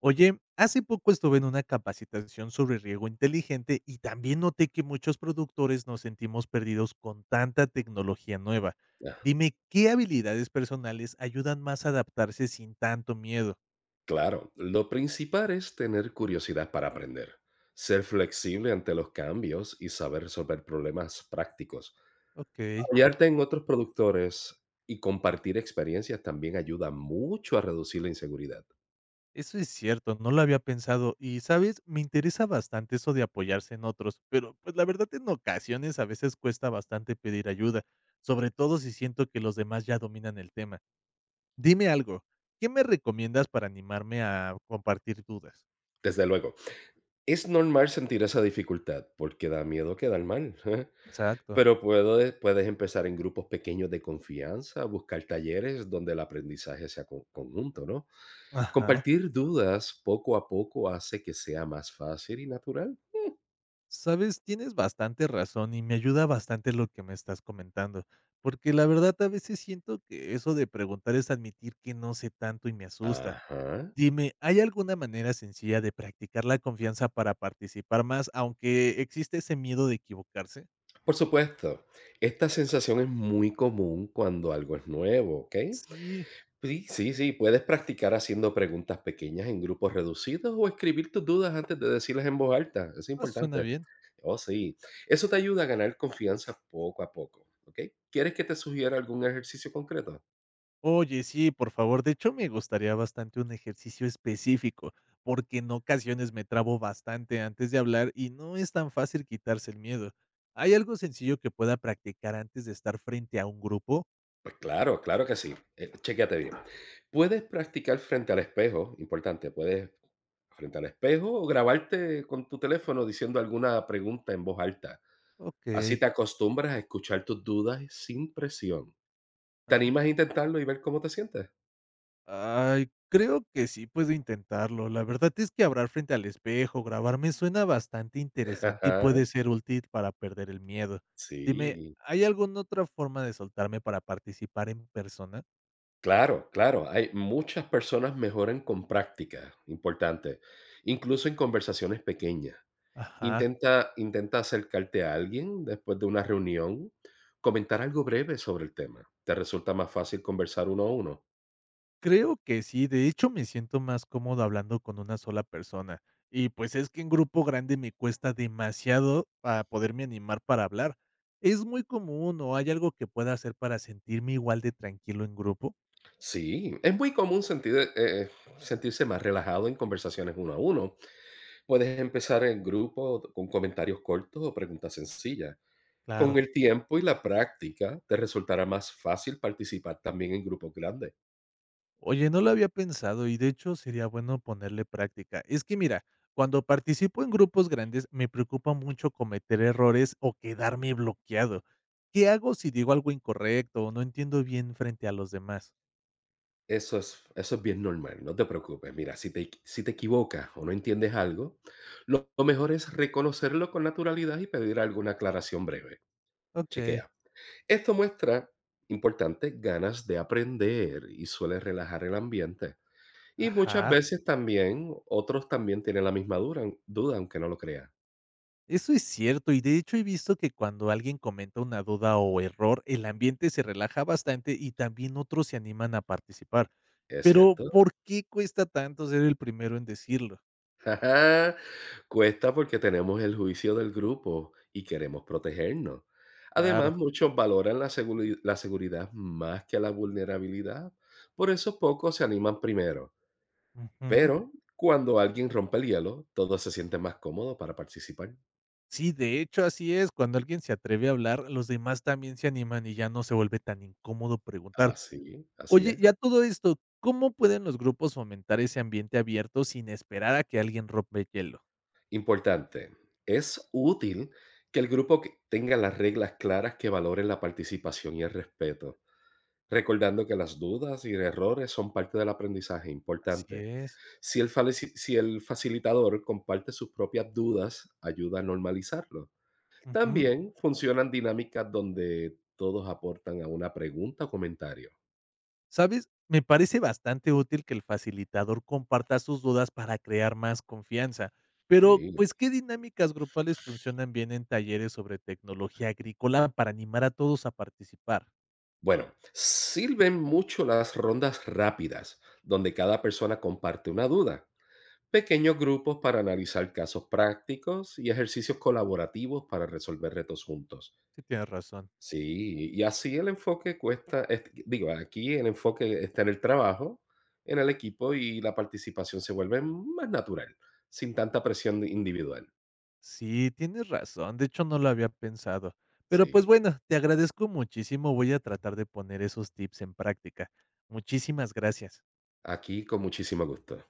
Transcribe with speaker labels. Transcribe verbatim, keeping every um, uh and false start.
Speaker 1: Oye, hace poco estuve en una capacitación sobre riego inteligente y también noté que muchos productores nos sentimos perdidos con tanta tecnología nueva.
Speaker 2: Ah,
Speaker 1: Dime, ¿qué habilidades personales ayudan más a adaptarse sin tanto miedo?
Speaker 2: claro, lo principal es tener curiosidad para aprender, ser flexible ante los cambios y saber resolver problemas prácticos.
Speaker 1: Ok,
Speaker 2: Apoyarte en otros productores y compartir experiencias también ayuda mucho a reducir la inseguridad.
Speaker 1: eso es cierto, no lo había pensado y, ¿sabes? Me interesa bastante eso de apoyarse en otros, pero pues la verdad en ocasiones a veces cuesta bastante pedir ayuda, sobre todo si siento que los demás ya dominan el tema. Dime algo, ¿qué me recomiendas para animarme a compartir dudas?
Speaker 2: Desde luego, es normal sentir esa dificultad porque da miedo quedar mal.
Speaker 1: Exacto.
Speaker 2: Pero puedo de- puedes empezar en grupos pequeños de confianza, buscar talleres donde el aprendizaje sea co- conjunto, ¿no?
Speaker 1: Ajá.
Speaker 2: Compartir dudas poco a poco hace que sea más fácil y natural.
Speaker 1: Sabes, tienes bastante razón y me ayuda bastante lo que me estás comentando, porque la verdad a veces siento que eso de preguntar es admitir que no sé tanto y me asusta.
Speaker 2: Ajá.
Speaker 1: Dime, ¿hay alguna manera sencilla de practicar la confianza para participar más, aunque existe ese miedo de equivocarse?
Speaker 2: Por supuesto, esta sensación es muy común cuando algo es nuevo, ¿ok?
Speaker 1: Sí,
Speaker 2: Sí, sí, sí, puedes practicar haciendo preguntas pequeñas en grupos reducidos o escribir tus dudas antes de decirlas en voz alta. Es
Speaker 1: ah, suena
Speaker 2: importante.
Speaker 1: bien.
Speaker 2: Oh, sí. Eso te ayuda a ganar confianza poco a poco. ¿Ok? ¿Quieres que te sugiera algún ejercicio concreto?
Speaker 1: Oye, sí, por favor. De hecho, me gustaría bastante un ejercicio específico, porque en ocasiones me trabo bastante antes de hablar y no es tan fácil quitarse el miedo. ¿Hay algo sencillo que pueda practicar antes de estar frente a un grupo?
Speaker 2: Pues claro, claro que sí. Eh, chéquate bien. Puedes practicar frente al espejo, importante, puedes frente al espejo o grabarte con tu teléfono diciendo alguna pregunta en voz alta.
Speaker 1: Ok.
Speaker 2: Así te acostumbras a escuchar tus dudas sin presión. ¿Te
Speaker 1: Ah.
Speaker 2: animas a intentarlo y ver cómo te sientes?
Speaker 1: Ay, creo que sí puedo intentarlo. La verdad es que hablar frente al espejo, grabarme suena bastante interesante y puede
Speaker 2: Ajá,
Speaker 1: ser útil para perder el miedo. Dime,
Speaker 2: sí.
Speaker 1: ¿hay alguna otra forma de soltarme para participar en persona?
Speaker 2: Claro, claro, hay muchas personas mejoran con práctica, importante, incluso en conversaciones pequeñas.
Speaker 1: Ajá.
Speaker 2: Intenta intenta acercarte a alguien después de una reunión, comentar algo breve sobre el tema. Te resulta más fácil conversar uno a uno.
Speaker 1: Creo que sí, de hecho me siento más cómodo hablando con una sola persona. Y pues es que en grupo grande me cuesta demasiado para poderme animar para hablar. ¿Es muy común o hay algo que pueda hacer para sentirme igual de tranquilo en grupo?
Speaker 2: Sí, es muy común sentir, eh eh, sentirse más relajado en conversaciones uno a uno. Puedes empezar en grupo con comentarios cortos o preguntas sencillas. Con
Speaker 1: Claro.
Speaker 2: el tiempo y la práctica, te resultará más fácil participar también en grupos grandes.
Speaker 1: Oye, no lo había pensado y de hecho sería bueno ponerle práctica. Es que mira, cuando participo en grupos grandes me preocupa mucho cometer errores o quedarme bloqueado. ¿Qué hago si digo algo incorrecto o no entiendo bien frente a los demás?
Speaker 2: Eso es eso es bien normal, no te preocupes. Mira, si te si te equivocas o no entiendes algo, lo lo mejor es reconocerlo con naturalidad y pedir alguna aclaración breve.
Speaker 1: Ok.
Speaker 2: Chequea. Esto muestra, importante, ganas de aprender y suele relajar el ambiente. Y muchas
Speaker 1: Ajá,
Speaker 2: veces también, otros también tienen la misma duran duda, aunque no lo crean.
Speaker 1: eso es cierto, y de hecho he visto que cuando alguien comenta una duda o error, el ambiente se relaja bastante y también otros se animan a participar.
Speaker 2: ¿Es
Speaker 1: Pero,
Speaker 2: cierto?
Speaker 1: ¿por qué cuesta tanto ser el primero en decirlo?
Speaker 2: Ajá. Cuesta porque tenemos el juicio del grupo y queremos protegernos.
Speaker 1: Claro.
Speaker 2: Además, muchos valoran la, seguri- la seguridad más que la vulnerabilidad. Por eso pocos se animan primero.
Speaker 1: Ujú.
Speaker 2: Pero cuando alguien rompe el hielo, todos se sienten más cómodos para participar.
Speaker 1: Sí, de hecho así es, cuando alguien se atreve a hablar, los demás también se animan y ya no se vuelve tan incómodo preguntar.
Speaker 2: Así, así
Speaker 1: Oye,
Speaker 2: es.
Speaker 1: ya todo esto, ¿cómo pueden los grupos fomentar ese ambiente abierto sin esperar a que alguien rompe el hielo?
Speaker 2: Importante, es útil que el grupo que- tenga las reglas claras que valoren la participación y el respeto, recordando que las dudas y errores son parte del aprendizaje
Speaker 1: Así
Speaker 2: importante.
Speaker 1: es.
Speaker 2: Si el, faleci- si si el facilitador comparte sus propias dudas, ayuda a normalizarlo.
Speaker 1: Ujú.
Speaker 2: También funcionan dinámicas donde todos aportan a una pregunta o comentario.
Speaker 1: ¿Sabes? Me parece bastante útil que el facilitador comparta sus dudas para crear más confianza. Pero,
Speaker 2: Sí.
Speaker 1: pues, ¿qué dinámicas grupales funcionan bien en talleres sobre tecnología agrícola para animar a todos a participar?
Speaker 2: Bueno, sirven mucho las rondas rápidas, donde cada persona comparte una duda, pequeños grupos para analizar casos prácticos y ejercicios colaborativos para resolver retos juntos.
Speaker 1: Sí, tienes razón.
Speaker 2: Sí, y así el enfoque cuesta, est- digo, aquí el enfoque está en el trabajo, en el equipo y la participación se vuelve más natural, sin tanta presión individual.
Speaker 1: Sí, tienes razón. De hecho, no lo había pensado. Pero, pues
Speaker 2: Sí,
Speaker 1: bueno, te agradezco muchísimo. Voy a tratar de poner esos tips en práctica. Muchísimas gracias.
Speaker 2: aquí con muchísimo gusto.